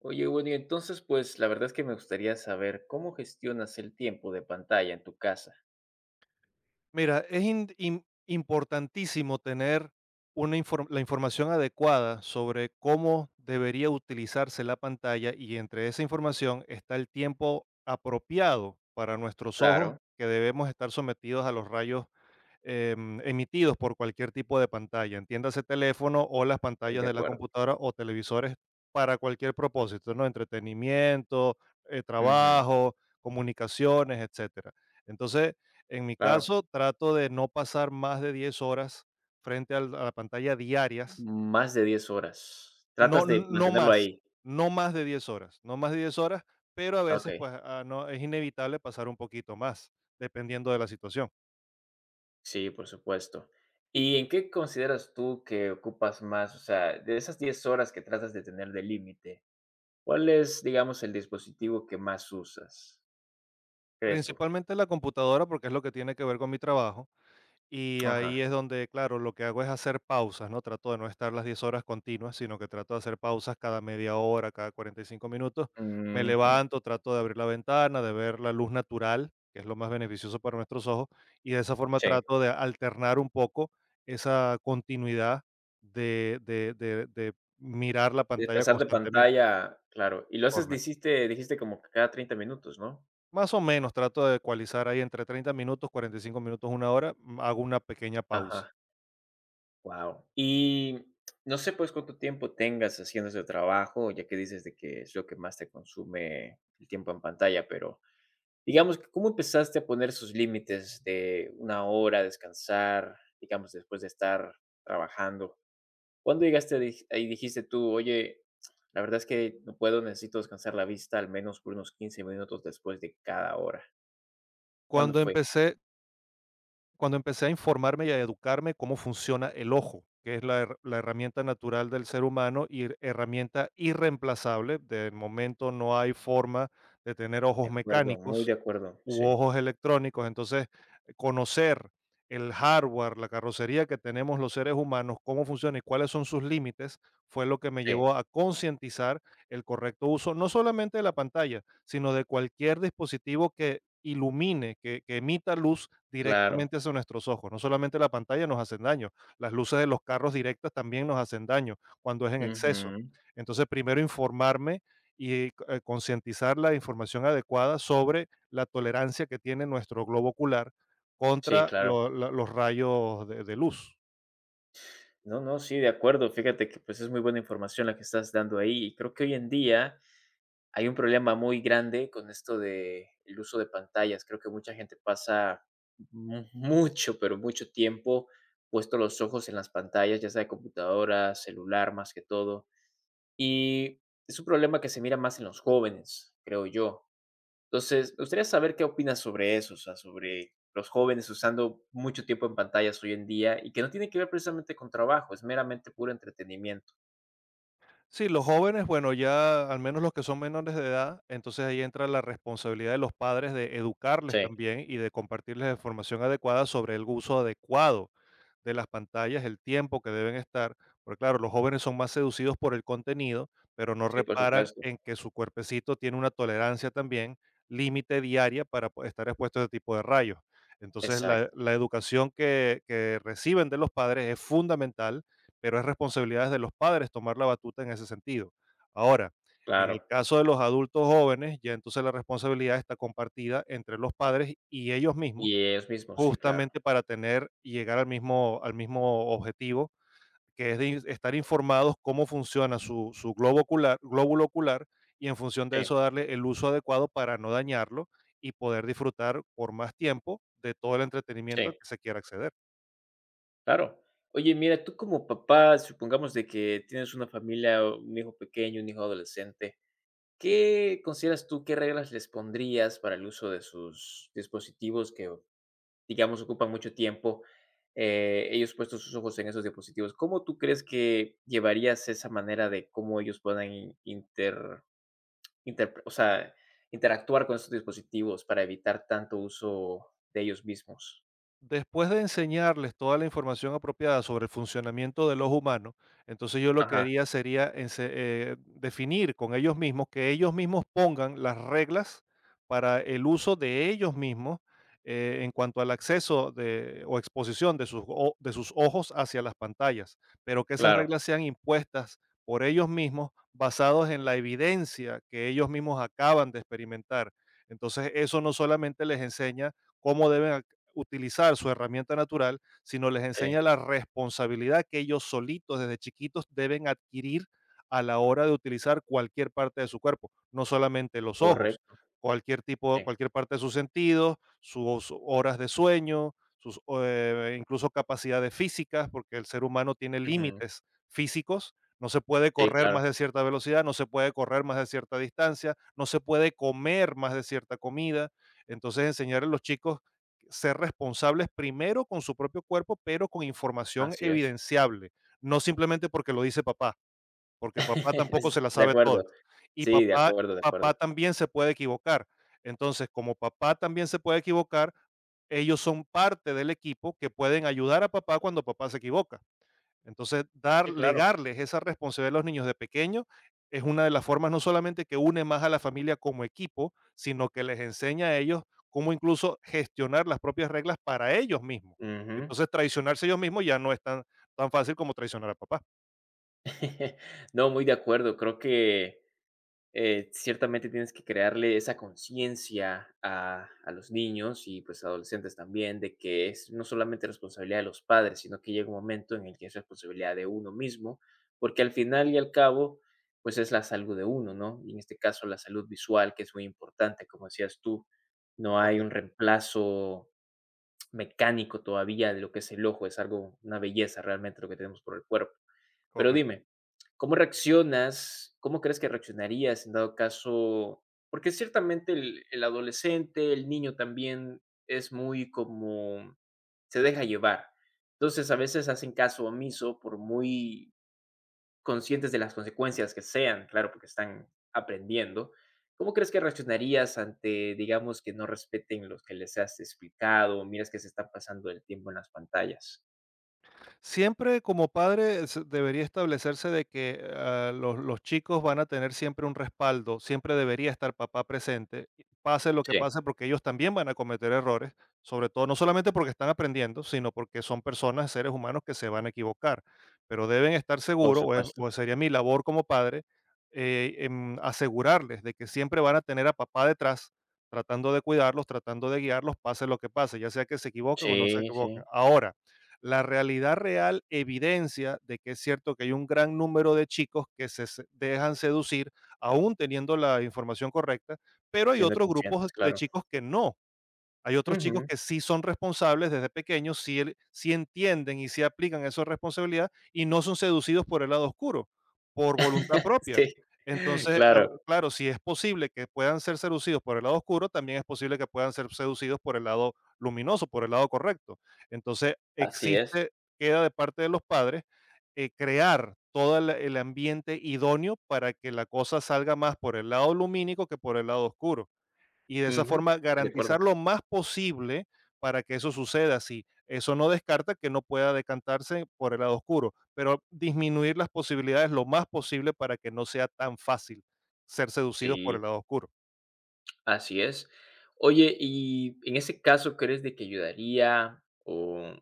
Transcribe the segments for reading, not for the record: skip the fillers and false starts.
Oye, bueno, y entonces, pues, la verdad es que me gustaría saber cómo gestionas el tiempo de pantalla en tu casa. Mira, es importantísimo tener la información adecuada sobre cómo debería utilizarse la pantalla y entre esa información está el tiempo apropiado para nuestros ojos Claro, que debemos estar sometidos a los rayos emitidos por cualquier tipo de pantalla, entiéndase teléfono o las estoy pantallas de de la acuerdo. computadora o televisores para cualquier propósito, ¿no? Entretenimiento, Ujú, trabajo, comunicaciones, etcétera. Entonces, en mi claro, caso, trato de no pasar más de 10 horas a la pantalla diarias, más de 10 horas. no, Tratas de no mantenerlo más, ahí. no más de 10 horas, no más de 10 horas, pero a Ok, veces pues no, es inevitable pasar un poquito más, dependiendo de la situación. sí, por supuesto. ¿Y en qué consideras tú que ocupas más? O sea, de esas 10 horas que tratas de tener de límite, ¿cuál es, digamos, el dispositivo que más usas? ¿Crees tú? Principalmente la computadora, porque es lo que tiene que ver con mi trabajo. Y Ajá. ahí es donde, claro, lo que hago es hacer pausas, ¿no? Trato de no estar las 10 horas continuas, sino que trato de hacer pausas cada media hora, cada 45 minutos. Me Ujú. levanto, trato de abrir la ventana, de ver la luz natural, que es lo más beneficioso para nuestros ojos. Y de esa forma Sí. trato de alternar un poco esa continuidad de mirar la De pantalla pasar de constantemente. pantalla, claro. Y lo haces, Correcto. dijiste como que cada 30 minutos, ¿no? Más o menos trato de ecualizar ahí entre 30 minutos, 45 minutos, una hora, hago una pequeña pausa. Ajá. Wow. Y no sé, pues, cuánto tiempo tengas haciendo ese trabajo, ya que dices de que es lo que más te consume el tiempo en pantalla, pero digamos, que ¿cómo empezaste a poner esos límites de una hora, descansar, digamos, después de estar trabajando? ¿Cuándo llegaste a dij ahí dijiste tú: "Oye, la verdad es que no puedo, necesito descansar la vista al menos por unos 15 minutos después de cada hora"? ¿Cuándo Cuando fue? empecé Cuando empecé a informarme y a educarme cómo funciona el ojo, que es la herramienta natural del ser humano y herramienta irreemplazable. De momento no hay forma de tener ojos De acuerdo, muy mecánicos de acuerdo, u sí, ojos electrónicos. Entonces, conocer el hardware, la carrocería que tenemos los seres humanos, cómo funciona y cuáles son sus límites, fue lo que me sí, llevó a concientizar el correcto uso, no solamente de la pantalla, sino de cualquier dispositivo que ilumine, que emita luz claro, directamente hacia nuestros ojos. No solamente la pantalla nos hacen daño, las luces de los carros directas también nos hacen daño cuando es en exceso. ujú, Entonces, primero informarme y concientizar la información adecuada sobre la tolerancia que tiene nuestro globo ocular sí, contra claro. Los rayos de luz. No, no, sí, de acuerdo, fíjate que, pues, es muy buena información la que estás dando ahí, y creo que hoy en día hay un problema muy grande con esto de el uso de pantallas, creo que mucha gente pasa mu mucho, pero mucho tiempo puesto los ojos en las pantallas, ya sea de computadora, celular, más que todo, y es un problema que se mira más en los jóvenes, creo yo. Entonces, me gustaría saber qué opinas sobre eso, o sea, sobre los jóvenes usando mucho tiempo en pantallas hoy en día y que no tiene que ver precisamente con trabajo, es meramente puro entretenimiento. Sí, los jóvenes, bueno, ya al menos los que son menores de edad, entonces ahí entra la responsabilidad de los padres de educarles Sí, también y de compartirles información adecuada sobre el uso adecuado de las pantallas, el tiempo que deben estar, porque claro, los jóvenes son más seducidos por el contenido, pero no sí, por reparan supuesto. en que su cuerpecito tiene una tolerancia también, límite diaria para estar expuesto a este tipo de rayos. Entonces, la, Exacto, la educación que reciben de los padres es fundamental, pero es responsabilidad de los padres tomar la batuta en ese sentido. Ahora, en el claro. caso de los adultos jóvenes, ya entonces la responsabilidad está compartida entre los padres y ellos mismos, Y ellos mismos, sí, claro. justamente para tener y llegar al mismo objetivo, que es estar informados cómo funciona su globo ocular, glóbulo ocular, y en función de eso Sí, darle el uso adecuado para no dañarlo y poder disfrutar por más tiempo de todo el entretenimiento al sí, que se quiera acceder. claro. Oye, mira, tú como papá, supongamos de que tienes una familia, o un hijo pequeño, un hijo adolescente, ¿qué consideras tú, qué reglas les pondrías para el uso de sus dispositivos que digamos, ocupan mucho tiempo, ellos puestos sus ojos en esos dispositivos. ¿Cómo tú crees que llevarías esa manera de cómo ellos puedan o sea, interactuar con estos dispositivos para evitar tanto uso de ellos mismos? Después de enseñarles toda la información apropiada sobre el funcionamiento del ojo humano, entonces yo lo que Ajá, haría sería definir con ellos mismos, que ellos mismos pongan las reglas para el uso de ellos mismos en cuanto al acceso de, o exposición de sus, de sus ojos hacia las pantallas, pero que esas claro, reglas sean impuestas por ellos mismos basados en la evidencia que ellos mismos acaban de experimentar. Entonces eso no solamente les enseña cómo deben utilizar su herramienta natural, sino les sí, enseña la responsabilidad que ellos solitos desde chiquitos deben adquirir a la hora de utilizar cualquier parte de su cuerpo, no solamente los ojos, correcto, cualquier tipo, sí, cualquier parte de sus sentidos, sus horas de sueño, sus incluso capacidades físicas, porque el ser humano tiene ujú, límites físicos. No se puede sí, correr claro, más de cierta velocidad, no se puede correr más de cierta distancia, no se puede comer más de cierta comida. Entonces enseñar a los chicos ser responsables primero con su propio cuerpo, pero con información así es. evidenciable, no simplemente porque lo dice papá, porque papá tampoco se la De sabe todas. acuerdo, Y sí, de papá acuerdo, de Papá acuerdo. también se puede equivocar. Entonces, como papá también se puede equivocar, ellos son parte del equipo que pueden ayudar a papá cuando papá se equivoca. Entonces, Sí, claro. legarles esa responsabilidad a los niños de pequeño es una de las formas no solamente que une más a la familia como equipo, sino que les enseña a ellos cómo incluso gestionar las propias reglas para ellos mismos. Ujú. Entonces, traicionarse ellos mismos ya no es tan fácil como traicionar a papá. No, muy de acuerdo, creo que ciertamente tienes que crearle esa conciencia a los niños y pues adolescentes también de que es no solamente responsabilidad de los padres, sino que llega un momento en el que es responsabilidad de uno mismo, porque al final y al cabo, pues es la salud de uno, ¿no? Y en este caso la salud visual, que es muy importante, como decías tú, no hay un Correcto, reemplazo mecánico todavía de lo que es el ojo, es algo, una belleza realmente lo que tenemos por el cuerpo. Pero correcto. dime, ¿cómo reaccionas? ¿Cómo crees que reaccionarías en dado caso? Porque ciertamente el adolescente, el niño también es muy como se deja llevar. Entonces a veces hacen caso omiso por muy conscientes de las consecuencias que sean, claro, porque están aprendiendo. ¿Cómo crees que reaccionarías ante, digamos, que no respeten los que les has explicado? Miras que se están pasando el tiempo en las pantallas. Siempre como padre debería establecerse de que los chicos van a tener siempre un respaldo, siempre debería estar papá presente, pase lo que Sí, pase, porque ellos también van a cometer errores, sobre todo no solamente porque están aprendiendo, sino porque son personas, seres humanos que se van a equivocar, pero deben estar por seguros, supuesto. o sería mi labor como padre, asegurarles de que siempre van a tener a papá detrás, tratando de cuidarlos, tratando de guiarlos, pase lo que pase, ya sea que se equivoquen o no se Sí, sí. equivoquen. Ahora, la realidad real evidencia de que es cierto que hay un gran número de chicos que dejan seducir, aún teniendo la información correcta, pero hay Siendo otros grupos conscientes, de claro. chicos que no. Hay otros chicos Ujú. que sí son responsables desde pequeños, sí, sí entienden y sí aplican esa responsabilidad y no son seducidos por el lado oscuro, por voluntad propia. Sí, Entonces, claro, claro, si es posible que puedan ser seducidos por el lado oscuro, también es posible que puedan ser seducidos por el lado luminoso, por el lado correcto. Entonces, así es. Queda de parte de los padres crear todo el ambiente idóneo para que la cosa salga más por el lado lumínico que por el lado oscuro y de esa Ujú, forma estoy de acuerdo. garantizar lo más posible para que eso suceda así. Eso no descarta que no pueda decantarse por el lado oscuro, pero disminuir las posibilidades lo más posible para que no sea tan fácil ser seducidos por Sí, el lado oscuro. así es. Oye, y en ese caso, ¿crees de que ayudaría o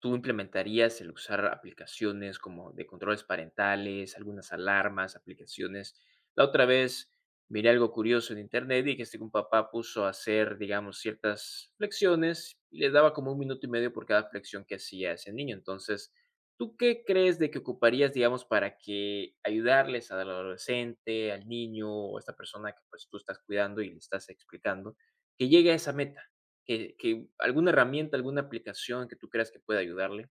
tú implementarías el usar aplicaciones como de controles parentales, algunas alarmas, aplicaciones? La otra vez miré algo curioso en internet y que este un papá puso a hacer, digamos, ciertas flexiones y le daba como un minuto y medio por cada flexión que hacía ese niño. Entonces, ¿tú qué crees de que ocuparías, digamos, para que ayudarles al adolescente, al niño o a esta persona que pues tú estás cuidando y le estás explicando, que llegue a esa meta? Que alguna herramienta, alguna aplicación que tú creas que pueda ayudarle.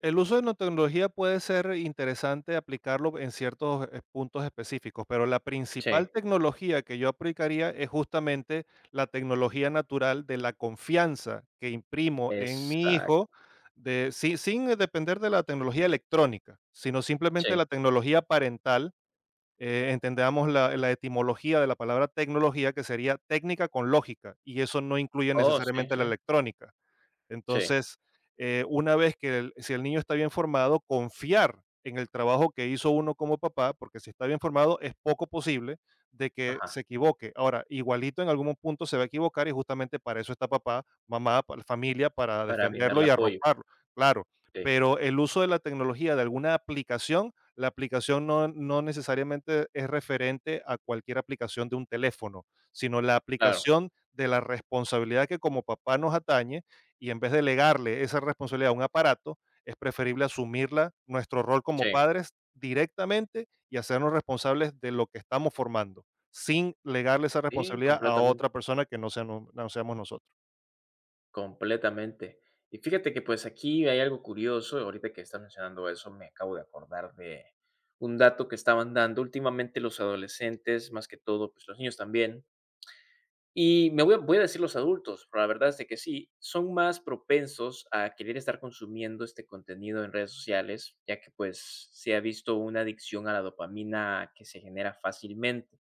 El uso de nanotecnología puede ser interesante aplicarlo en ciertos puntos específicos, pero la Sí, principal tecnología que yo aplicaría es justamente la tecnología natural de la confianza que imprimo en mi hijo, exacto, de, si- sin, depender de la tecnología electrónica, sino simplemente sí. la tecnología parental. Entendamos la etimología de la palabra tecnología, que sería técnica con lógica, y eso no incluye Oh, sí, necesariamente la sí, electrónica. sí, Entonces, una vez que si el niño está bien formado, confiar en el trabajo que hizo uno como papá, porque si está bien formado es poco posible de que se ajá, equivoque. Ahora, igualito en algún punto se va a equivocar y justamente para eso está papá, mamá, la familia, para para defenderlo brindarle y apoyo, arroparlo, claro. sí, Pero el uso de la tecnología, de alguna aplicación, la aplicación no, no necesariamente es referente a cualquier aplicación de un teléfono, sino la claro, aplicación de la responsabilidad que como papá nos atañe, y en vez de delegarle esa responsabilidad a un aparato, es preferible asumirla nuestro rol como sí, padres directamente y hacernos responsables de lo que estamos formando, sin legarle esa sí, responsabilidad a completamente, otra persona que no seamos nosotros. completamente. Y fíjate que, pues, aquí hay algo curioso, ahorita que estás mencionando eso, me acabo de acordar de un dato que estaban dando. Últimamente los adolescentes, más que todo, pues, los niños también. Y me voy a decir los adultos, pero la verdad es de que sí, son más propensos a querer estar consumiendo este contenido en redes sociales, ya que, pues, se ha visto una adicción a la dopamina que se genera fácilmente.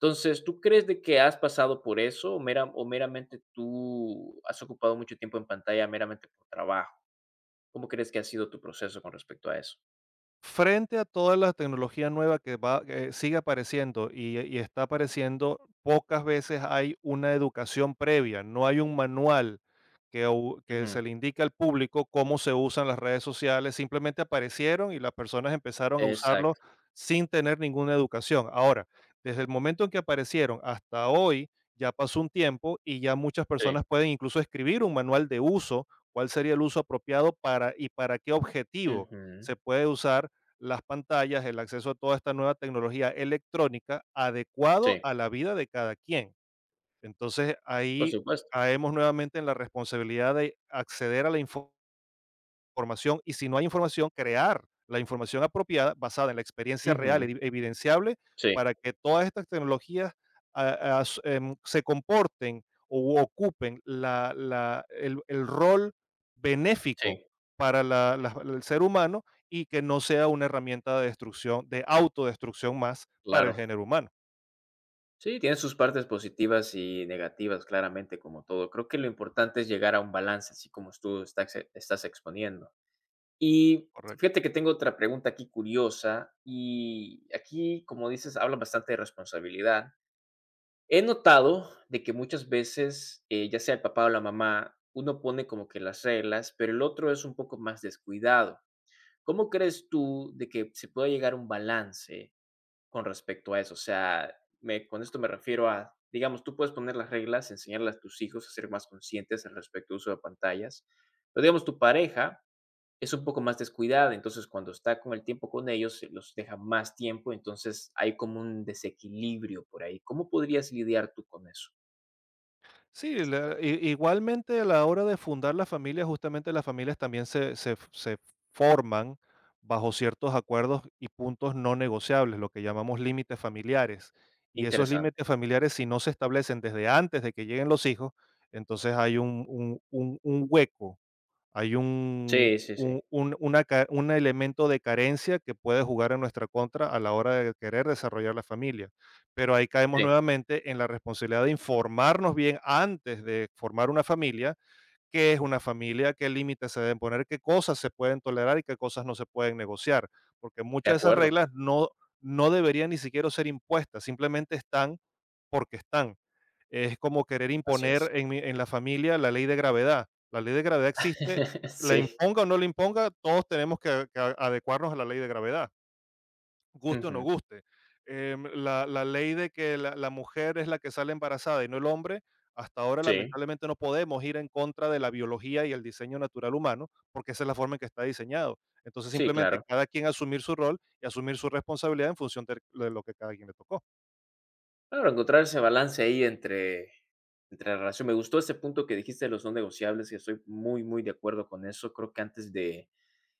Entonces, ¿tú crees de que has pasado por eso o meramente tú has ocupado mucho tiempo en pantalla meramente por trabajo? ¿Cómo crees que ha sido tu proceso con respecto a eso? Frente a toda la tecnología nueva que va, que sigue apareciendo y está apareciendo, pocas veces hay una educación previa, no hay un manual que Ujú, se le indique al público cómo se usan las redes sociales, simplemente aparecieron y las personas empezaron a usarlo exacto, sin tener ninguna educación. Ahora, desde el momento en que aparecieron hasta hoy, ya pasó un tiempo y ya muchas sí, personas pueden incluso escribir un manual de uso, cuál sería el uso apropiado para y para qué objetivo ujú, se puede usar las pantallas, el acceso a toda esta nueva tecnología electrónica adecuado sí, a la vida de cada quien. Entonces por ahí supuesto, caemos nuevamente en la responsabilidad de acceder a la información, y si no hay información, crear la información apropiada basada en la experiencia real, ujú, evidenciable, sí, para que todas estas tecnologías se comporten o ocupen el rol benéfico sí, para el ser humano y que no sea una herramienta de destrucción, de autodestrucción más para el claro. género humano. Sí, tiene sus partes positivas y negativas, claramente, como todo. Creo que lo importante es llegar a un balance, así como tú estás, estás exponiendo. Y ¿Correcto? fíjate que tengo otra pregunta aquí curiosa y aquí, como dices, habla bastante de responsabilidad. He notado de que muchas veces, ya sea el papá o la mamá, uno pone como que las reglas, pero el otro es un poco más descuidado. ¿Cómo crees tú de que se pueda llegar a un balance con respecto a eso? O sea, con esto me refiero a, digamos, tú puedes poner las reglas, enseñarle a tus hijos a ser más conscientes al respecto del uso de pantallas, pero digamos, tu pareja es un poco más descuidada, entonces cuando está con el tiempo con ellos, se los deja más tiempo, entonces hay como un desequilibrio por ahí. ¿Cómo podrías lidiar tú con eso? Sí, igualmente a la hora de fundar la familia, justamente las familias también se forman bajo ciertos acuerdos y puntos no negociables, lo que llamamos límites familiares. Y esos Interesante. límites familiares, si no se establecen desde antes de que lleguen los hijos, entonces hay un hueco, hay Sí, sí, sí. Un una ca un elemento de carencia que puede jugar en nuestra contra a la hora de querer desarrollar la familia. Pero ahí caemos Sí, nuevamente en la responsabilidad de informarnos bien antes de formar una familia, qué es una familia, qué límites se deben poner, qué cosas se pueden tolerar y qué cosas no se pueden negociar, porque de muchas de esas acuerdo. reglas no deberían ni siquiera ser impuestas, simplemente están porque están. Es como querer Así es. imponer en la familia la ley de gravedad. La ley de gravedad existe, la Sí. imponga o no la imponga, todos tenemos adecuarnos a la ley de gravedad, guste o no Ujú. guste. La ley de que la mujer es la que sale embarazada y no el hombre, hasta ahora Sí, lamentablemente no podemos ir en contra de la biología y el diseño natural humano, porque esa es la forma en que está diseñado. Entonces, sí, simplemente claro. cada quien asumir su rol y asumir su responsabilidad en función de lo que cada quien le tocó. Claro, encontrar ese balance ahí entre la relación. Me gustó ese punto que dijiste de los no negociables, que estoy muy, muy de acuerdo con eso. Creo que antes de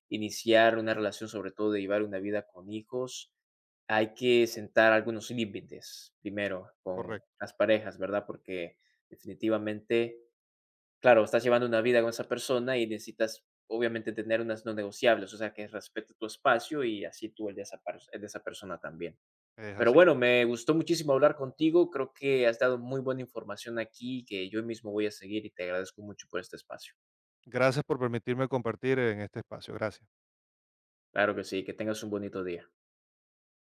iniciar una relación, sobre todo de llevar una vida con hijos, hay que sentar algunos límites primero con Correcto, las parejas, ¿verdad? Porque definitivamente, claro, estás llevando una vida con esa persona y necesitas obviamente tener unas no negociables, o sea, que respete tu espacio y así tú el de el de esa persona también. es Pero así. bueno, me gustó muchísimo hablar contigo. Creo que has dado muy buena información aquí que yo mismo voy a seguir y te agradezco mucho por este espacio. Gracias por permitirme compartir en este espacio. Gracias. Claro que sí, que tengas un bonito día.